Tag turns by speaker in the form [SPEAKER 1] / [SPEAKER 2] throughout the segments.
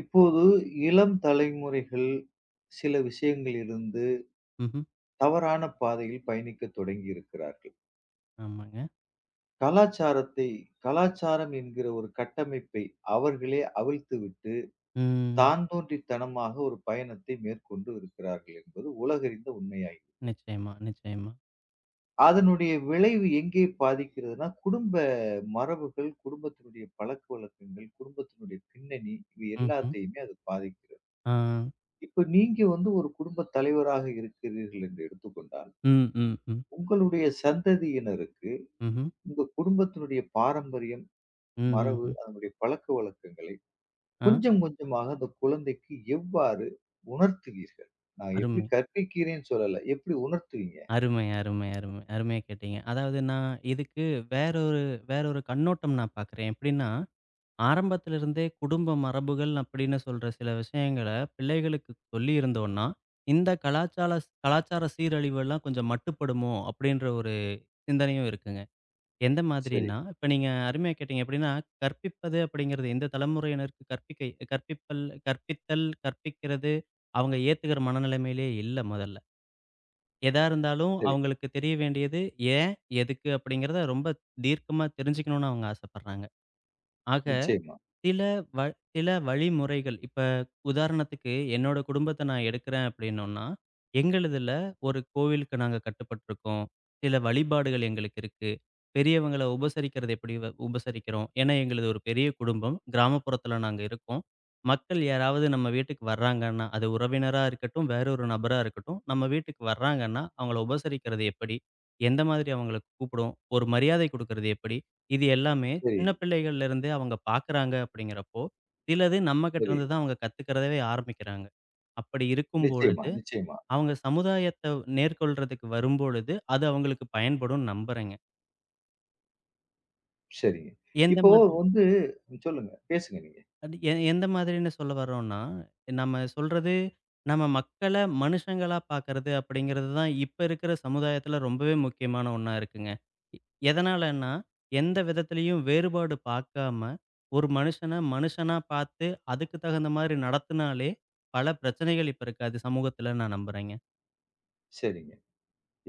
[SPEAKER 1] இப்போது இளம் தலைமுறைகள் சில விஷயங்களிலிருந்து
[SPEAKER 2] ம்ஹ்ம்.
[SPEAKER 1] தவறான பாதையில் பயணிக்கத் தொடங்கி இருக்கிறார்கள்.
[SPEAKER 2] ஆமாங்க.
[SPEAKER 1] கலாச்சாரத்தை கலாச்சாரம் என்கிற ஒரு கட்டமைப்பை அவர்களே அவிழ்த்துவிட்டு,
[SPEAKER 2] ம்.
[SPEAKER 1] தாந்தோன்றித்தனமாக ஒரு பயணத்தை மேற்கொண்டு இருக்கிறார்கள் என்பது உலகறிந்த உண்மையாகிவிட்டது.
[SPEAKER 2] நிச்சயமா, நிச்சயமா.
[SPEAKER 1] அதனுடைய விளைவு எங்கே பாதிக்கிறதுனா, குடும்ப மரபுகள், குடும்பத்தினுடைய பழக்கவழக்கங்கள், குடும்பத்தினுடைய பின்னணி, இவை
[SPEAKER 2] ம்ஹ்ம்.
[SPEAKER 1] எல்லாத்தையுமே அது பாதிக்கிறது.
[SPEAKER 2] ஆ.
[SPEAKER 1] இப்ப நீங்க வந்து ஒரு குடும்பத் தலைவராக இருக்கிறீர்கள் என்று எடுத்துக்கொண்டால்,
[SPEAKER 2] ம், ம், ம்.
[SPEAKER 1] உங்களுடைய சந்ததியினருக்கு
[SPEAKER 2] ம்ஹ்ம்.
[SPEAKER 1] உங்க குடும்பத்தினுடைய பாரம்பரியம்,
[SPEAKER 2] ம்,
[SPEAKER 1] மரபு,
[SPEAKER 2] ம்ஹ்ம்.
[SPEAKER 1] அதனுடைய பழக்கவழக்கங்களை
[SPEAKER 2] ஆ.
[SPEAKER 1] கொஞ்சம் கொஞ்சமாக அந்த குழந்தைக்கு எவ்வாறு உணர்த்துவீர்கள்? நான் எப்படி
[SPEAKER 2] அருமை,
[SPEAKER 1] கற்பிக்கிறேன்னு சொல்லல. எப்படி உணர்த்துவீங்க?
[SPEAKER 2] அருமை, அருமை, அருமை. அருமையா கேட்டீங்க. அதாவது நான் இதுக்கு வேற ஒரு வேற ஒரு கண்ணோட்டம் நான் பார்க்குறேன். எப்படின்னா, ஆரம்பத்துல இருந்தே குடும்ப மரபுகள் அப்படின்னு சொல்ற சில விஷயங்கள பிள்ளைகளுக்கு சொல்லியிருந்தோம்னா, இந்த கலாச்சார சீரழிவெல்லாம் கொஞ்சம் மட்டுப்படுமோ? அப்படின்ற ஒரு சிந்தனையும் இருக்குங்க. எந்த
[SPEAKER 1] சரி,
[SPEAKER 2] மாதிரின்னா, இப்ப நீங்க அருமையா கேட்டீங்க. எப்படின்னா, கற்பிப்பது அப்படிங்கிறது எந்த தலைமுறையினருக்கு கற்பிக்கை கற்பிப்பல் கற்பித்தல், கற்பிக்கிறது அவங்க ஏத்துக்கிற மனநிலைமையிலேயே இல்ல முதல்ல. எதா இருந்தாலும்
[SPEAKER 1] சரி.
[SPEAKER 2] அவங்களுக்கு தெரிய வேண்டியது ஏன்? எதுக்கு? அப்படிங்கிறத ரொம்ப தீர்க்கமா தெரிஞ்சுக்கணும்னு அவங்க ஆசைப்படுறாங்க. ஆக
[SPEAKER 1] நிச்சயமா.
[SPEAKER 2] சில வ சில வழிமுறைகள். இப்ப உதாரணத்துக்கு என்னோட குடும்பத்த நான் எடுக்கிறேன் அப்படின்னோம்னா, எங்களுதுல ஒரு கோவிலுக்கு நாங்க கட்டுப்பட்டுருக்கோம். சில வழிபாடுகள் எங்களுக்கு இருக்கு. பெரியவங்கள உபசரிக்கிறது எப்படி வ உபசரிக்கிறோம்? ஏன்னா எங்களுது ஒரு பெரிய குடும்பம். கிராமப்புறத்துல நாங்க இருக்கோம். மக்கள் யாராவது நம்ம வீட்டுக்கு வர்றாங்கன்னா, அது உறவினரா இருக்கட்டும், வேற ஒரு நபரா இருக்கட்டும், நம்ம வீட்டுக்கு வர்றாங்கன்னா, அவங்கள உபசரிக்கிறது எப்படி? எந்த மாதிரி அவங்கள கூப்பிடுவோம்? ஒரு மரியாதை குடுக்கறது எப்படி? இது எல்லாமே
[SPEAKER 1] சரி,
[SPEAKER 2] சின்ன பிள்ளைகள்லேருந்து அவங்க பார்க்குறாங்க அப்படிங்கிறப்போ, சிலது நம்மகிட்ட
[SPEAKER 1] சரி.
[SPEAKER 2] இருந்து தான் அவங்க கத்துக்கிறதவே ஆரம்பிக்கிறாங்க. அப்படி இருக்கும்
[SPEAKER 1] நிச்சயமா,
[SPEAKER 2] பொழுது,
[SPEAKER 1] நிச்சயமா.
[SPEAKER 2] அவங்க சமுதாயத்த நேர்கொள்றதுக்கு வரும்பொழுது, அது அவங்களுக்கு பயன்படும்னு நம்புறேங்க.
[SPEAKER 1] சரிங்க.
[SPEAKER 2] எந்த
[SPEAKER 1] இப்போ
[SPEAKER 2] மாதிரி
[SPEAKER 1] வந்து சொல்லுங்க. பேசுங்க நீங்க.
[SPEAKER 2] அது எந்த மாதிரின்னு சொல்ல வர்றோம்ன்னா, நம்ம சொல்றது, நம்ம மக்கள மனுஷங்களா பார்க்கறது அப்படிங்கிறது தான் இப்ப இருக்கிற சமுதாயத்துல ரொம்பவே முக்கியமான ஒண்ணா இருக்குங்க. எ எதனாலன்னா, எந்த விதத்திலயும் வேறுபாடு பார்க்காம, ஒரு மனுஷன மனுஷனா பார்த்து, அதுக்கு தகுந்த மாரி நடத்துனாலே, பல பிரச்சனைகள் இப்ப இருக்காது சமூகத்துல நான் நம்புறேங்க.
[SPEAKER 1] சரிங்க.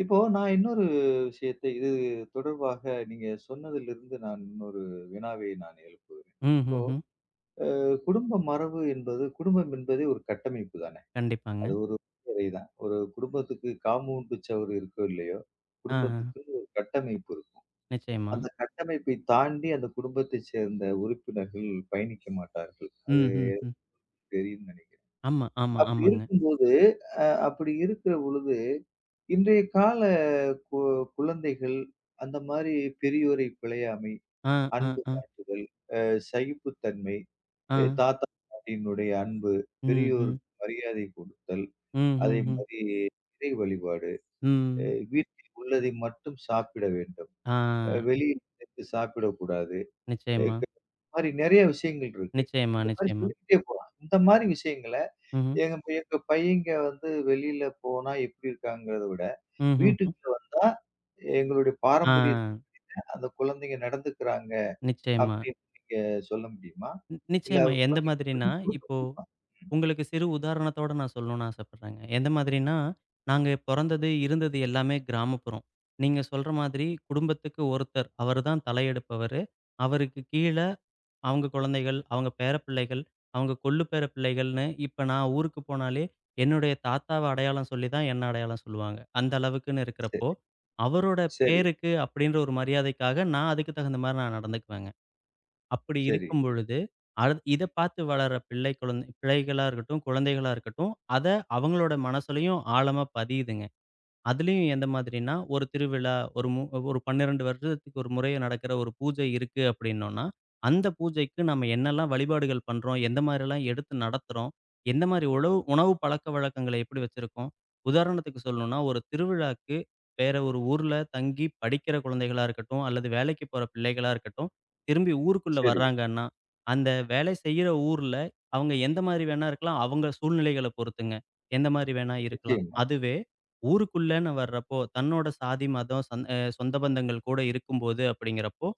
[SPEAKER 1] இப்போ நான் இன்னொரு விஷயத்தை இது தொடர்பாக நீங்க சொன்னதிலிருந்து நான் இன்னொரு வினாவை நான் எழுப்புகிறேன்.
[SPEAKER 2] ம்,
[SPEAKER 1] இப்போ
[SPEAKER 2] ம், ம்.
[SPEAKER 1] குடும்ப மரபு என்பது குடும்பம் என்பதே ஒரு கட்டமைப்பு தானே.
[SPEAKER 2] கண்டிப்பாங்க.
[SPEAKER 1] அது ஒரு தான். ஒரு குடும்பத்துக்கு காம்பவுண்டு சுவர் இருக்கோ இல்லையோ,
[SPEAKER 2] ஆ, ஆ.
[SPEAKER 1] குடும்பத்துக்கு ஒரு கட்டமைப்பு இருக்கும்.
[SPEAKER 2] நிச்சயமா.
[SPEAKER 1] அந்த கட்டமைப்பை தாண்டி அந்த குடும்பத்தைச் சேர்ந்த உறுப்பினர்கள் பயணிக்க மாட்டார்கள். அது
[SPEAKER 2] ம், ம், ம்.
[SPEAKER 1] தெரியும்னு நினைக்கிறேன்.
[SPEAKER 2] ஆமா, ஆமா,
[SPEAKER 1] அப்படி
[SPEAKER 2] ஆமாங்க.
[SPEAKER 1] இருக்கும்போது, அ அப்படி இருக்கிற பொழுது இன்றைய கால கு குழந்தைகள் அந்த மாரி பெரியோரை பிழையாமை,
[SPEAKER 2] ஆ, ஆ,
[SPEAKER 1] அன்பு
[SPEAKER 2] ஆ,
[SPEAKER 1] காட்டுதல், அ சகிப்புத்தன்மை,
[SPEAKER 2] ஆ.
[SPEAKER 1] தாத்தா, பாட்டியினுடைய அன்பு,
[SPEAKER 2] ம், ம்.
[SPEAKER 1] பெரியோருக்கு மரியாதை கொடுத்தல்,
[SPEAKER 2] ம், ம், ம்.
[SPEAKER 1] அதேமாரி இறை வழிபாடு, அ
[SPEAKER 2] ம்.
[SPEAKER 1] வீட்டில் உள்ளதை மட்டும் சாப்பிட வேண்டும்.
[SPEAKER 2] ஆ.
[SPEAKER 1] வெளியில் சேர்த்து சாப்பிடக்கூடாது. அ
[SPEAKER 2] நிச்சயமா,
[SPEAKER 1] க இந்த மாரி நெறைய விஷயங்கள் இருக்கு.
[SPEAKER 2] நிச்சயமா,
[SPEAKER 1] இந்த மாரி
[SPEAKER 2] நிச்சயமா.
[SPEAKER 1] சொல்லிக்கிட்டே போலாம். இந்த மாரி விஷயங்கள
[SPEAKER 2] ம்ஹ்ம்.
[SPEAKER 1] எங்க எங்க பையங்க வந்து வெளியில போனா எப்படி இருக்காங்கிறத விட
[SPEAKER 2] ம்ஹ்ஹ்ம்.
[SPEAKER 1] வீட்டுக்கு வந்தா, எங்களுடைய
[SPEAKER 2] ஆ.
[SPEAKER 1] பாரம்பரியத்துல அந்த குழந்தைங்க நடந்துக்கிறாங்க
[SPEAKER 2] நிச்சயமா.
[SPEAKER 1] அப்படின்னு நீங்க சொல்ல முடியுமா? இல்ல
[SPEAKER 2] நிச்சயமா.
[SPEAKER 1] அது
[SPEAKER 2] எந்த
[SPEAKER 1] குழந்தைக்கு
[SPEAKER 2] மாதிரின்னா,
[SPEAKER 1] சொல்லிக் குடுக்க
[SPEAKER 2] இப்போ
[SPEAKER 1] முடியுமா?
[SPEAKER 2] உங்களுக்கு சிறு உதாரணத்தோட நான் சொல்லணும்னு ஆசைப்படுறேங்க. எந்த மாதிரின்னா, நாங்க பொறந்தது, இருந்தது எல்லாமே கிராமப்புறம். நீங்க சொல்ற மாதிரி குடும்பத்துக்கு ஒருத்தர். அவரு தான் தலையெடுப்பவரு. அவருக்கு கீழ அவங்க குழந்தைகள், அவங்க பேரப்பிள்ளைகள், அவங்க கொள்ளு பேர பிள்ளைகள்ன்னு, இப்ப நான் ஊருக்கு போனாலே, என்னுடைய தாத்தாவ அடையாளம் சொல்லி தான் என்ன அடையாளம் சொல்லுவாங்க. அந்த அளவுக்குன்னு இருக்கிறப்போ,
[SPEAKER 1] சரி,
[SPEAKER 2] அவரோட
[SPEAKER 1] சரி,
[SPEAKER 2] பேருக்கு அப்படின்ற ஒரு மரியாதைக்காக நான் அதுக்கு தகுந்த மாரி நான் நடந்துக்குவேங்க. அப்படி
[SPEAKER 1] சரி,
[SPEAKER 2] இருக்கும் பொழுது, இத பார்த்து வளர்ற பிள்ளைகளா இருக்கட்டும், குழந்தைகளா இருக்கட்டும், அத அவங்களோட மனசுலயும் ஆழமா பதியுதுங்க. அதுலயும் எந்த மாதிரின்னா, ஒரு திருவிழா, ஒரு 12 வருடத்துக்கு ஒரு முறை நடக்கிற ஒரு பூஜை இருக்கு அப்படின்னோம்னா, அந்த பூஜைக்கு நம்ம என்னெல்லாம் வழிபாடுகள் பண்றோம்? எந்த மாதிரிலாம் எடுத்து நடத்துறோம்? எந்த மாதிரி உணவு உணவு பழக்கவழக்கங்களை எப்படி வச்சிருக்கோம்? உதாரணத்துக்கு சொல்லணும்னா, ஒரு திருவிழாக்கு வேற ஒரு ஊர்ல தங்கி படிக்கிற குழந்தைகளா இருக்கட்டும், அல்லது வேலைக்கு போற பிள்ளைகளா இருக்கட்டும், திரும்பி ஊருக்குள்ள
[SPEAKER 1] சரி.
[SPEAKER 2] வர்றாங்கன்னா, அந்த வேலை செய்யற ஊர்ல அவங்க எந்த மாதிரி வேணா இருக்கலாம். அவங்க சூழ்நிலைகள பொறுத்துங்க. எந்த மாதிரி வேணா இருக்கலாம்.
[SPEAKER 1] நிச்சயமா.
[SPEAKER 2] அதுவே ஊருக்குள்ளன்னு வர்றப்போ, தன்னோட சாதி, மதம், சந் அ சொந்த பந்தங்கள் கூட இருக்கும்போது அப்படிங்கிறப்போ,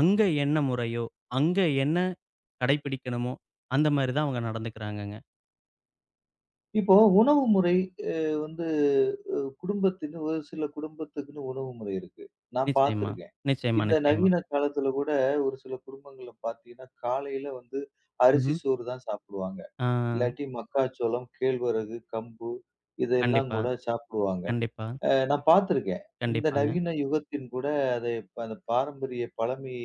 [SPEAKER 2] அங்க என்ன முறையோ, அங்க என்ன கடைப்பிடிக்கணுமோ, அந்த மாரி தான் அவங்க நடந்துக்கிறாங்கங்க.
[SPEAKER 1] இப்போ உணவு முறை அ வந்து அ குடும்பத்தின் ஒரு சில குடும்பத்துக்குன்னு உணவு முறை இருக்கு. நான்
[SPEAKER 2] நிச்சயமா,
[SPEAKER 1] பார்த்துருக்கேன்.
[SPEAKER 2] நிச்சயமா,
[SPEAKER 1] இந்த
[SPEAKER 2] நிச்சயமா.
[SPEAKER 1] நவீன காலத்துல கூட ஒரு சில குடும்பங்கள்ல பார்த்தீங்கன்னா, காலையில வந்து அரிசி
[SPEAKER 2] ம்ஹ்ம்.
[SPEAKER 1] சோறு தான் சாப்பிடுவாங்க.
[SPEAKER 2] ஆ
[SPEAKER 1] இல்லாட்டி மக்காச்சோளம், கேழ்வரகு, கம்பு இதெல்லாம்
[SPEAKER 2] கண்டிப்பா,
[SPEAKER 1] கூட சாப்பிடுவாங்க.
[SPEAKER 2] கண்டிப்பா,
[SPEAKER 1] நான் பார்த்துருக்கேன். இந்த
[SPEAKER 2] கண்டிப்பாங்க.
[SPEAKER 1] நவீன யுகத்தின் கூட அதை அந்த பாரம்பரிய பழமை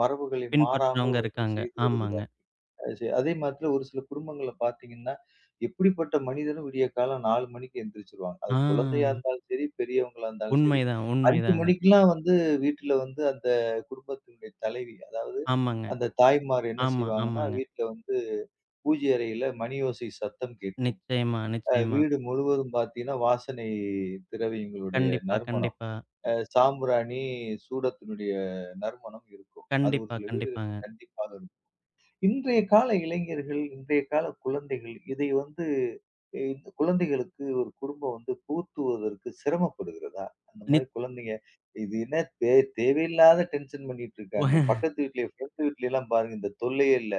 [SPEAKER 1] மரபுகளை மாறாமல்
[SPEAKER 2] பின்பற்றவங்க
[SPEAKER 1] ஒன்று
[SPEAKER 2] இருக்காங்க.
[SPEAKER 1] செய்து
[SPEAKER 2] ஆமாங்க.
[SPEAKER 1] வருகிறார். அது செ அதே மாத்திரம் ஒரு சில குடும்பங்கள்ல பார்த்தீங்கன்னா, எப்படிப்பட்ட மனிதனும் விடிய காலம் 4 மணிக்கு எந்திரிச்சுருவாங்க. அது குழந்தையா
[SPEAKER 2] ஆ
[SPEAKER 1] இருந்தாலும் சரி, பெரியவங்களா இருந்தாலும் சரி.
[SPEAKER 2] உண்மைதான்,
[SPEAKER 1] 5
[SPEAKER 2] உண்மைதாங்க.
[SPEAKER 1] மணிக்கெல்லாம் வந்து வீட்ல வந்து அந்த குடும்பத்தினுடைய தலைவி, அதாவது
[SPEAKER 2] ஆமாங்க.
[SPEAKER 1] அந்த தாய்மார் என்ன
[SPEAKER 2] ஆமா,
[SPEAKER 1] செய்வாங்கன்னா,
[SPEAKER 2] ஆமாங்க.
[SPEAKER 1] வீட்ல வந்து பூஜை அறையில மணி ஓசை சத்தம் கேட்கும்.
[SPEAKER 2] நிச்சயமா, நிச்சயமா.
[SPEAKER 1] வீடு முழுவதும் பார்த்தீங்கன்னா, வாசனை திரவியங்களுடைய
[SPEAKER 2] கண்டிப்பா,
[SPEAKER 1] நறுமணம்.
[SPEAKER 2] கண்டிப்பா,
[SPEAKER 1] சாம்பிராணி, சூடத்தினுடைய நறுமணம் இருக்கும். அது ஒரு
[SPEAKER 2] கண்டிப்பா,
[SPEAKER 1] சில வீடுகள்ல
[SPEAKER 2] கண்டிப்பாங்க.
[SPEAKER 1] கண்டிப்பாக இருக்கும். இன்றைய கால இளைஞர்கள், இன்றைய கால குழந்தைகள் இதை வந்து இ குழந்தைகளுக்கு ஒரு குடும்பம் வந்து புகுத்துவதற்கு சிரமப்படுகிறதா? அந்த மாரி
[SPEAKER 2] நித்
[SPEAKER 1] குழந்தைங்க இது என்ன தே தேவையில்லாத டென்ஷன் பண்ணிட்டு இருக்காங்க. பக்கத்து வீட்ல, ஃப்ரெண்ட் வீட்லலாம் பாருங்க இந்த தொல்லையே இல்ல.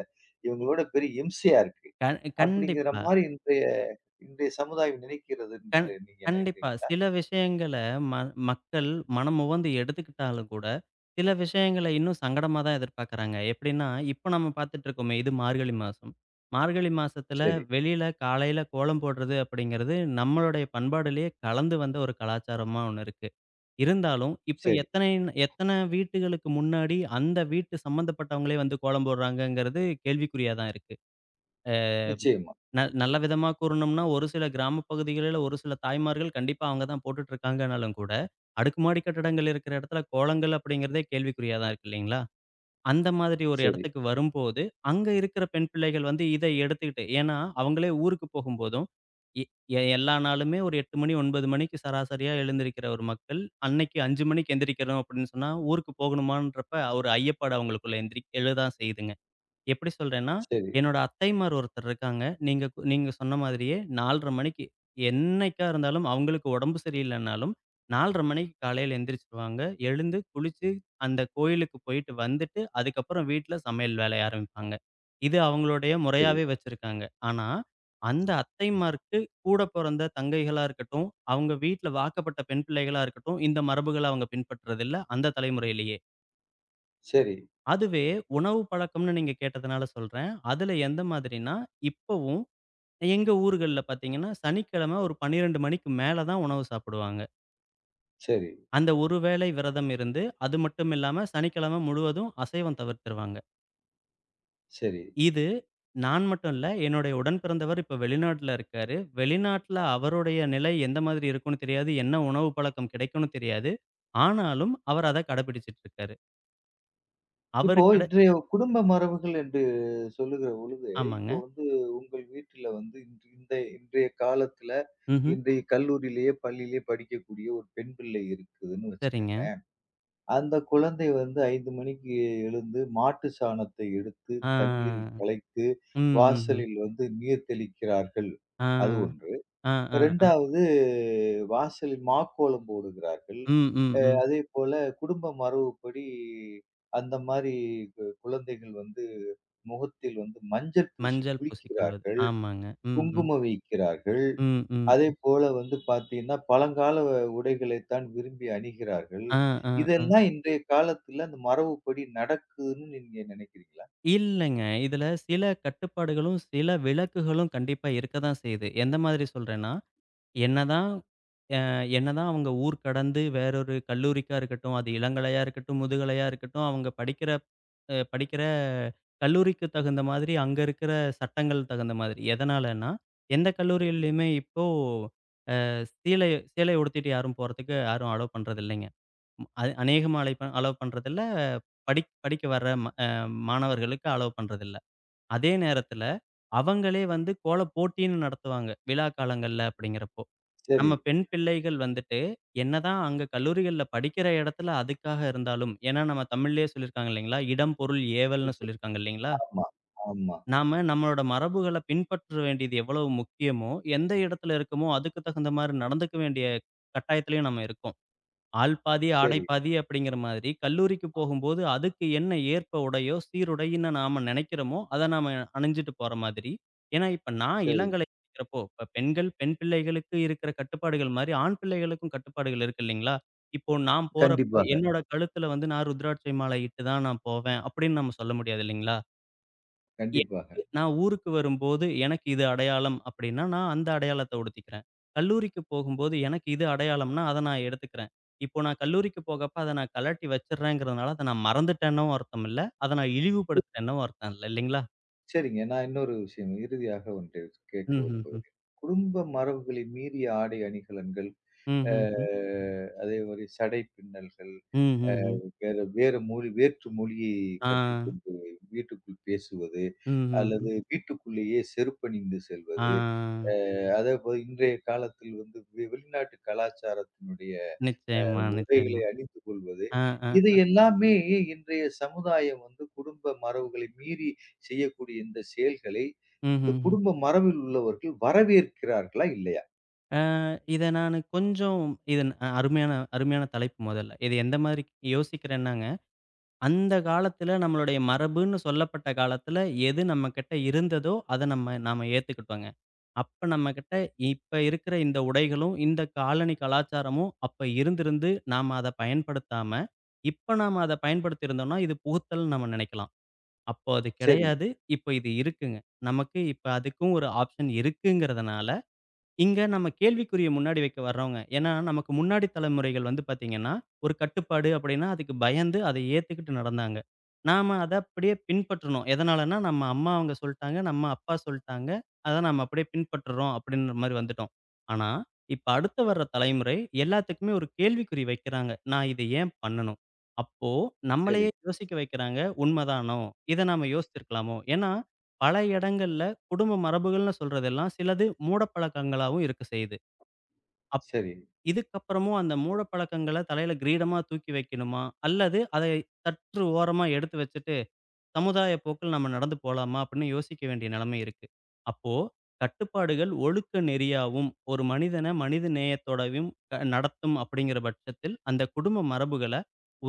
[SPEAKER 1] இவங்களோட பெரிய இம்சையா இருக்கு. அப்படிங்கிற
[SPEAKER 2] கண்டிப்பா.
[SPEAKER 1] மாரி இன்றைய இன்றைய சமுதாயம் நினைக்கிறது
[SPEAKER 2] கண்
[SPEAKER 1] என்று நீங்க
[SPEAKER 2] கண்டிப்பா.
[SPEAKER 1] நினைக்கிறீங்களா?
[SPEAKER 2] சில விஷயங்கள ம மக்கள் மனமுவந்து எடுத்துக்கிட்டாலும் கூட, சில விஷயங்கள இன்னும் சங்கடமா தான் எதிர்பார்க்குறாங்க. எப்படின்னா, இப்ப நம்ம பார்த்துட்டுருக்கோமே, இது மார்கழி மாசம். மார்கழி மாசத்துல
[SPEAKER 1] சரி,
[SPEAKER 2] வெளியில காலையில கோலம் போடுறது அப்படிங்கிறது, நம்மளுடைய பண்பாடுலயே கலந்து வந்த ஒரு கலாச்சாரமா ஒண்ணு இருக்கு. இருந்தாலும், இப்ப
[SPEAKER 1] சரி.
[SPEAKER 2] எத்தனை எத்தனை வீட்டுகளுக்கு முன்னாடி அந்த வீட்டு சம்மந்தப்பட்டவங்களே வந்து கோலம் போடுறாங்கங்கிறது கேள்விக்குறியா தான் இருக்கு.
[SPEAKER 1] நிச்சயமா.
[SPEAKER 2] நல்ல விதமா கூறணும்னா, ஒரு சில கிராம பகுதிகளில ஒரு சில தாய்மார்கள் கண்டிப்பா அவங்க தான் போட்டுட்டு இருக்காங்கனாலும் கூட, அடுக்குமாடி கட்டடங்கள் இருக்கிற இடத்துல கோலங்கள் அப்படிங்கிறதே கேள்விக்குறியா தான் இருக்கு இல்லைங்களா? அந்த மாதிரி ஒரு
[SPEAKER 1] சரி.
[SPEAKER 2] இடத்துக்கு வரும்போது, அங்க இருக்கிற பெண் பிள்ளைகள் வந்து இத எடுத்துக்கிட்டு ஏன்னா, அவங்களே ஊருக்கு போகும்போதும், எ எ எல்லா நாளுமே ஒரு 8 மணி, 9 மணிக்கு சராசரியா எழுந்திரிக்கிற ஒரு மக்கள், அன்னைக்கு 5 மணிக்கு எந்திரிக்கிறோம் அப்படின்னு சொன்னா, ஊருக்கு போகணுமான்றப்ப ஒரு ஐயப்பாடு அவங்களுக்குள்ள எந்திரி எழதான் செய்யுதுங்க. எப்படி சொல்றேன்னா,
[SPEAKER 1] சரி,
[SPEAKER 2] என்னோட அத்தைமார் ஒருத்தர் இருக்காங்க. நீங்க சொன்ன மாதிரியே 4:30 மணிக்கு என்னைக்கா இருந்தாலும் அவங்களுக்கு உடம்பு சரியில்லைனாலும் 4:30 மணிக்கு காலையில எந்திரிச்சுருவாங்க. எழுந்து, குளிச்சு, அந்த கோயிலுக்கு போயிட்டு வந்துட்டு, அதுக்கப்புறம் வீட்ல சமையல் வேலைய ஆரம்பிப்பாங்க. இது அவங்களுடைய
[SPEAKER 1] சரி,
[SPEAKER 2] முறையாவே வச்சிருக்காங்க. ஆனா, அந்த அத்தைமாருக்கு கூட பொறந்த தங்கைகளா இருக்கட்டும், அவங்க வீட்ல வாக்கப்பட்ட பெண் பிள்ளைகளா இருக்கட்டும், இந்த மரபுகள அவங்க பின்பற்றதில்ல, அந்த தலைமுறையிலேயே.
[SPEAKER 1] சரி,
[SPEAKER 2] அதுவே உணவு பழக்கம்னு நீங்க கேட்டதுனால சொல்றேன். அதுல எந்த மாதிரின்னா, இப்பவும் எங்க ஊர்கள்ல பார்த்தீங்கன்னா, சனிக்கிழமை ஒரு 12:00 மணிக்கு மேல தான் உணவு சாப்பிடுவாங்க.
[SPEAKER 1] சரி,
[SPEAKER 2] அந்த ஒரு வேளை விரதம் இருந்து, அது மட்டும் இல்லாம சனிக்கிழமை முழுவதும் அசைவம் தவிர்த்துருவாங்க.
[SPEAKER 1] சரி.
[SPEAKER 2] இது நான் மட்டும் இல்ல, என்னுடைய உடன்பிறந்தவர் இப்ப வெளிநாட்ல இருக்காரு. வெளிநாட்ல அவருடைய நிலை எந்த மாதிரி இருக்கும்னு தெரியாது. என்ன உணவு பழக்கம் கிடைக்கும்னு தெரியாது. ஆனாலும் அவர் அத கடைபிடிச்சிட்டு இருக்காரு. அவரு
[SPEAKER 1] இப்போ
[SPEAKER 2] கடை
[SPEAKER 1] இன்றைய குடும்ப மரபுகள் என்று சொல்லுகிற பொழுது, இப்போ
[SPEAKER 2] ஆமாங்க.
[SPEAKER 1] உங்கள் வீட்டில வந்து இன்று இன்றைய காலத்துல,
[SPEAKER 2] ம்ஹ்ம்.
[SPEAKER 1] இன்றைய கல்லூரியிலேயே, பள்ளியிலேயே படிக்கக்கூடிய ஒரு பெண் பிள்ளை இருக்குதுன்னு
[SPEAKER 2] சரிங்க.
[SPEAKER 1] வச்சுக்கங்களேன். அந்த குழந்தை வந்து 5 மணிக்கு எழுந்து மாட்டு சாணத்தை எடுத்து
[SPEAKER 2] ஆ.
[SPEAKER 1] தண்ணீரில் கலைத்து
[SPEAKER 2] ம். ம்.
[SPEAKER 1] வாசலில் வந்து நீர் தெளிக்கிறார்கள்.
[SPEAKER 2] ஆ,
[SPEAKER 1] அது ஒன்று.
[SPEAKER 2] ஆ, ஆ, ஆ.
[SPEAKER 1] 2வது வாசலில் மாக்கோலம் போடுகிறார்கள்.
[SPEAKER 2] ம், ம், ம்.
[SPEAKER 1] அதேபோல குடும்ப மரபுப்படி அந்த மாரி குழந்தைகள் வந்து முகத்தில் வந்து மஞ்சள் பூசி
[SPEAKER 2] மஞ்சள் பூசிக்கொள்வது.
[SPEAKER 1] குளிக்கிறார்கள்,
[SPEAKER 2] ஆமாங்க. ம், ம்.
[SPEAKER 1] குங்குமம் வைக்கிறார்கள்.
[SPEAKER 2] ம், ம், ம்.
[SPEAKER 1] அதேபோல வந்து பார்த்தீங்கன்னா, பழங்கால உடைகளைத்தான் விரும்பி அணிகிறார்கள்.
[SPEAKER 2] ஆ, ஆ, ஆ.
[SPEAKER 1] இதெல்லாம் இன்றைய காலத்துல அந்த மரபுப்படி நடக்குதுன்னு நீங்க நினைக்கிறீங்களா?
[SPEAKER 2] இல்லங்க. இதுல சில கட்டுப்பாடுகளும், சில விலக்குகளும் கண்டிப்பா இருக்க தான் செய்யுது. எந்த மாதிரி சொல்றேன்னா, என்னதான் அ என்னதான் அவங்க ஊர் கடந்து வேறொரு கல்லூரிக்கா இருக்கட்டும், அது இளங்கலையா இருக்கட்டும், முதுகலையா இருக்கட்டும், அவங்க படிக்கிற கல்லூரிக்கு தகுந்த மாதிரி அங்க இருக்கிற சட்டங்கள் தகுந்த மாதிரி. எதனாலன்னா, எந்த கல்லூரியிலயுமே இப்போ சீலை சேலை உடுத்திட்டு யாரும் போறதுக்கு யாரும் அலோவ் பண்றதில்லைங்க. அது அநேகமா அலோவ் பண்றதில்ல. படிக்க வர்ற ம அ மாணவர்களுக்கு அலோவ் பண்றதில்ல. அதே நேரத்தில அவங்களே வந்து கோலப் போட்டின்னு நடத்துவாங்க, விழா காலங்கள்ல அப்படிங்கிறப்போ.
[SPEAKER 1] சரி.
[SPEAKER 2] நம்ம பெண் பிள்ளைகள் வந்துட்டு என்னதான் அங்க கல்லூரிகள்ல படிக்கிற இடத்துல அதுக்காக இருந்தாலும் ஏன்னா நம்ம தமிழ்லயே சொல்லியிருக்காங்க இல்லைங்களா? "இடம், பொருள், ஏவல்ன்னு"
[SPEAKER 1] நிச்சயம்.
[SPEAKER 2] சொல்லியிருக்காங்க இல்லைங்களா?
[SPEAKER 1] ஆமா, ஆமா.
[SPEAKER 2] நாம நம்மளோட மரபுகள பின்பற்ற வேண்டியது எவ்வளவு முக்கியமோ, எந்த இடத்துல இருக்கமோ, அதுக்கு தகுந்த மாரி நடந்துக்க வேண்டிய கட்டாயத்திலயும் நம்ம இருக்கோம். "ஆள் பாதி, ஆடை
[SPEAKER 1] சரி,
[SPEAKER 2] பாதி" அப்படிங்கிற மாதிரி கல்லூரிக்கு போகும்போது, அதுக்கு என்ன ஏற்ப உடையோ, சீருடைன்னு நாம நெனைக்கிறோமோ, அத நாம அணிஞ்சுட்டு போற மாதிரி. ஏன்னா, இப்ப நான்
[SPEAKER 1] சரி.
[SPEAKER 2] இளங்கலை படிக்கிறப்போ, இப்ப பெண் பிள்ளைகளுக்கு இருக்கிற கட்டுப்பாடுகள் மாரி, ஆண் பிள்ளைகளுக்கும் கட்டுப்பாடுகள் இருக்கு இல்லைங்களா? இப்போ நான் போறப்ப,
[SPEAKER 1] கண்டிப்பாக,
[SPEAKER 2] என்னோட கழுத்துல வந்து நான் ருத்ராட்சை மாலை இட்டு தான் நான் போவேன் அப்படின்னு நம்ம சொல்ல முடியாது இல்லைங்களா?
[SPEAKER 1] கண்டிப்பாக.
[SPEAKER 2] எனக்கு நான் ஊருக்கு வரும்போது, எனக்கு இது அடையாளம் அப்படின்னா, நான் அந்த அடையாளத்த உடுத்திக்கிறேன். கல்லூரிக்கு போகும்போது, எனக்கு இது அடையாளம்னா, அத நான் எடுத்துக்கிறேன். இப்போ நான் கல்லூரிக்கு போகப்ப, அத நான் கழட்டி வச்சுடுறேங்கிறதுனால, அத நான் மறந்துட்டேன்னும் அர்த்தம் இல்ல. அத நான் இழிவுபடுத்துறேன்னும் அர்த்தம் இல்ல. இல்லைங்களா?
[SPEAKER 1] சரிங்க. நான் இன்னொரு விஷயம் இறுதியாக ஒன்றை கேட்க
[SPEAKER 2] ம்ஹ்ஹ்ம்.
[SPEAKER 1] விரும்புகிறேன். குடும்ப மரபுகளை மீறிய ஆடை அணிகலன்கள், அ
[SPEAKER 2] ம்ஹ்ஹ்ம்.
[SPEAKER 1] அதே மாரி சடை பின்னல்கள்,
[SPEAKER 2] ம்ஹ்ஹ்ம்.
[SPEAKER 1] வேற வேற மொழி வேற்று மொழியை
[SPEAKER 2] ஆ.
[SPEAKER 1] கற்றுக்கொண்டு வீட்டுக்குள் பேசுவது,
[SPEAKER 2] ம்ஹ்ஹ்ம்.
[SPEAKER 1] அல்லது வீட்டுக்குள்ளேயே செருப்பணிந்து
[SPEAKER 2] ஆ.
[SPEAKER 1] செல்வது, அதே போல இன்றைய காலத்தில் வந்து வெளிநாட்டு கலாச்சாரத்தினுடைய
[SPEAKER 2] நிச்சயமா,
[SPEAKER 1] உடைகளை
[SPEAKER 2] நிச்சயமா.
[SPEAKER 1] அணிந்து கொள்வது,
[SPEAKER 2] ஆ,
[SPEAKER 1] இது
[SPEAKER 2] ஆ.
[SPEAKER 1] எல்லாமே இன்றைய சமுதாயம் வந்து குடும்ப மரபுகளை மீறி செய்யக்கூடிய இந்த செயல்களை, இந்த
[SPEAKER 2] ம்ஹ்ஹ்ம்.
[SPEAKER 1] குடும்ப மரபில் உள்ளவர்கள் வரவேற்கிறார்களா? இல்லையா?
[SPEAKER 2] ஆ இத நானு கொஞ்சம் அருமையான அருமையான தலைப்பு மொதல்ல. இது எந்த மாரி யோசிக்கிறேன்னாங்க அந்த காலத்துல நம்மளுடைய மரபுன்னு சொல்லப்பட்ட காலத்துல, எது நம்மகிட்ட இருந்ததோ, அத நாம ஏத்துக்கிட்டோங்க. அப்ப நம்மகிட்ட இப்ப இருக்கிற இந்த உடைகளும், இந்த காலனி கலாச்சாரமும் அப்ப இருந்திருந்து, நாம அத பயன்படுத்தாம, இப்ப நாம அத பயன்படுத்தி இருந்தோம்னா, இது புகுத்தல்ன்னு நம்ம நினைக்கலாம். அப்போ அது
[SPEAKER 1] சரி,
[SPEAKER 2] கிடையாது. இப்ப இது இருக்குங்க. நமக்கு இப்ப அதுக்கும் ஒரு ஆப்ஷன் இருக்குங்கிறதுனால, இங்க நம்ம கேள்விக்குறிய முன்னாடி வைக்க வர்றோங்க. ஏன்னா, நமக்கு முன்னாடி தலைமுறைகள் வந்து பார்த்தீங்கன்னா, ஒரு கட்டுப்பாடு அப்படின்னா, அதுக்கு பயந்து அதை ஏத்துக்கிட்டு நடந்தாங்க. நாம அத அப்படியே பின்பற்றணும். எதனாலன்னா, நம்ம அம்மா அவங்க சொல்ட்டாங்க, நம்ம அப்பா சொல்ட்டாங்க. அத நம்ம அப்படியே பின்பற்றுறோம் அப்படின்ற மாரி வந்துட்டோம். ஆனா, இப்ப அடுத்து வர்ற தலைமுறை எல்லாத்துக்குமே ஒரு கேள்விக்குறி வைக்கிறாங்க. நான் இத ஏன் பண்ணணும்? அப்போ
[SPEAKER 1] சரி,
[SPEAKER 2] நம்மளையே யோசிக்க வைக்கிறாங்க. உண்மதானோ? இத நாம யோசிச்சிருக்கலாமோ? ஏன்னா, பல இடங்கள்ல குடும்ப மரபுகள்னு சொல்றதெல்லாம் சிலது மூடப்பழக்கங்களாவும் இருக்க செய்யுது. அப்
[SPEAKER 1] சரி.
[SPEAKER 2] இதுக்கப்புறமும் அந்த மூடப்பழக்கங்கள தலையில கிரீடமா தூக்கி வைக்கணுமா? அல்லது அதை சற்று ஓரமா எடுத்து வச்சுட்டு சமுதாய போக்கில் நம்ம நடந்து போலாமா அப்படின்னு யோசிக்க வேண்டிய நிலைமை இருக்கு. அப்போ கட்டுப்பாடுகள் ஒழுக்க நெறியாவும், ஒரு மனிதன மனித நேயத்தோடவும் நடத்தும் அப்படிங்கிற பட்சத்தில், அந்த குடும்ப மரபுகள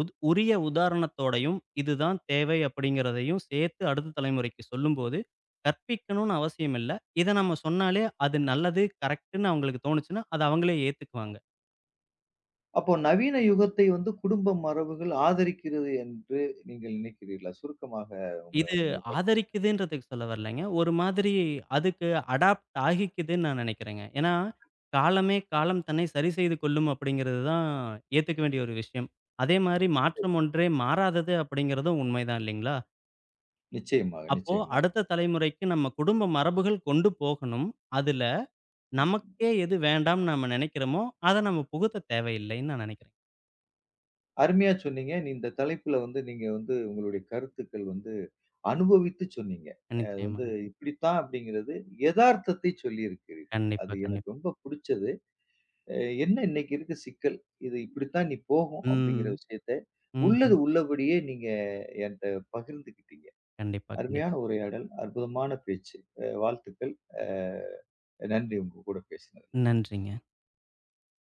[SPEAKER 2] உரிய உதாரணத்தோடையும், இதுதான் தேவை அப்படிங்கிறதையும் சேர்த்து அடுத்த தலைமுறைக்கு சொல்லும்போது, கற்பிக்கணும்னு அவசியம் இல்ல. இத நம்ம சொன்னாலே அது நல்லது, கரெக்ட்டுன்னு அவங்களுக்கு தோணுச்சுன்னா, அத அவங்களே ஏத்துக்குவாங்க.
[SPEAKER 1] அப்போ நவீன யுகத்தை வந்து குடும்ப மரபுகள் ஆதரிக்கிறது என்று நீங்கள் நினைக்கிறீர்களா? சுருக்கமாக உங்க
[SPEAKER 2] இது
[SPEAKER 1] உங்க கருத்து.
[SPEAKER 2] ஆதரிக்குதுன்றதுக்கு சொல்ல வரலங்க. ஒரு மாதிரி அதுக்கு அடாப்ட் ஆகிக்குதுன்னு நான் நினைக்கிறேங்க. ஏன்னா, "காலமே காலம் தன்னை சரி செய்து கொள்ளும்" அப்படிங்கிறது தான் ஏத்துக்க வேண்டிய ஒரு விஷயம். அதே மாரி மாற்றம் ஒன்றே மாறாதது அப்படிங்கிறதும் உண்மைதான் இல்லைங்களா?
[SPEAKER 1] நிச்சயமாக,
[SPEAKER 2] அப்போ
[SPEAKER 1] நிச்சயமாக.
[SPEAKER 2] அடுத்த தலைமுறைக்கு நம்ம குடும்ப மரபுகள் கொண்டு போகணும். அதுல நமக்கே எது வேண்டாம்னு நம்ம நினைக்கிறோமோ, அத நம்ம புகுத்த தேவையில்லைன்னு நான் நினைக்கிறேன்.
[SPEAKER 1] அருமையா சொன்னீங்க. நீ இந்த தலைப்புல வந்து நீங்க வந்து உங்களுடைய கருத்துக்கள் வந்து அனுபவித்து சொன்னீங்க. அது வந்து
[SPEAKER 2] நிச்சயமாங்க.
[SPEAKER 1] இப்படித்தான் அப்படிங்கிறது எதார்த்தத்தை சொல்லியிருக்கிறீர்கள். அது
[SPEAKER 2] கண்டிப்பா,
[SPEAKER 1] எனக்கு
[SPEAKER 2] கண்டிப்பா.
[SPEAKER 1] ரொம்ப புடிச்சது. அ என்ன இன்னைக்கு இருக்க சிக்கல்? இது இப்படித்தான் நீ போகும்
[SPEAKER 2] ம்.
[SPEAKER 1] அப்படிங்கிற விஷயத்த
[SPEAKER 2] ம்ஹ்ம்.
[SPEAKER 1] உள்ளது உள்ளபடியே நீங்க என்ட்ட பகிர்ந்துக்கிட்டீங்க.
[SPEAKER 2] கண்டிப்பா, கண்டிப்பா.
[SPEAKER 1] அருமையான உரையாடல், அற்புதமான பேச்சு. வாழ்த்துக்கள். அ நன்றி உங்க கூட பேசினது.
[SPEAKER 2] நன்றிங்க.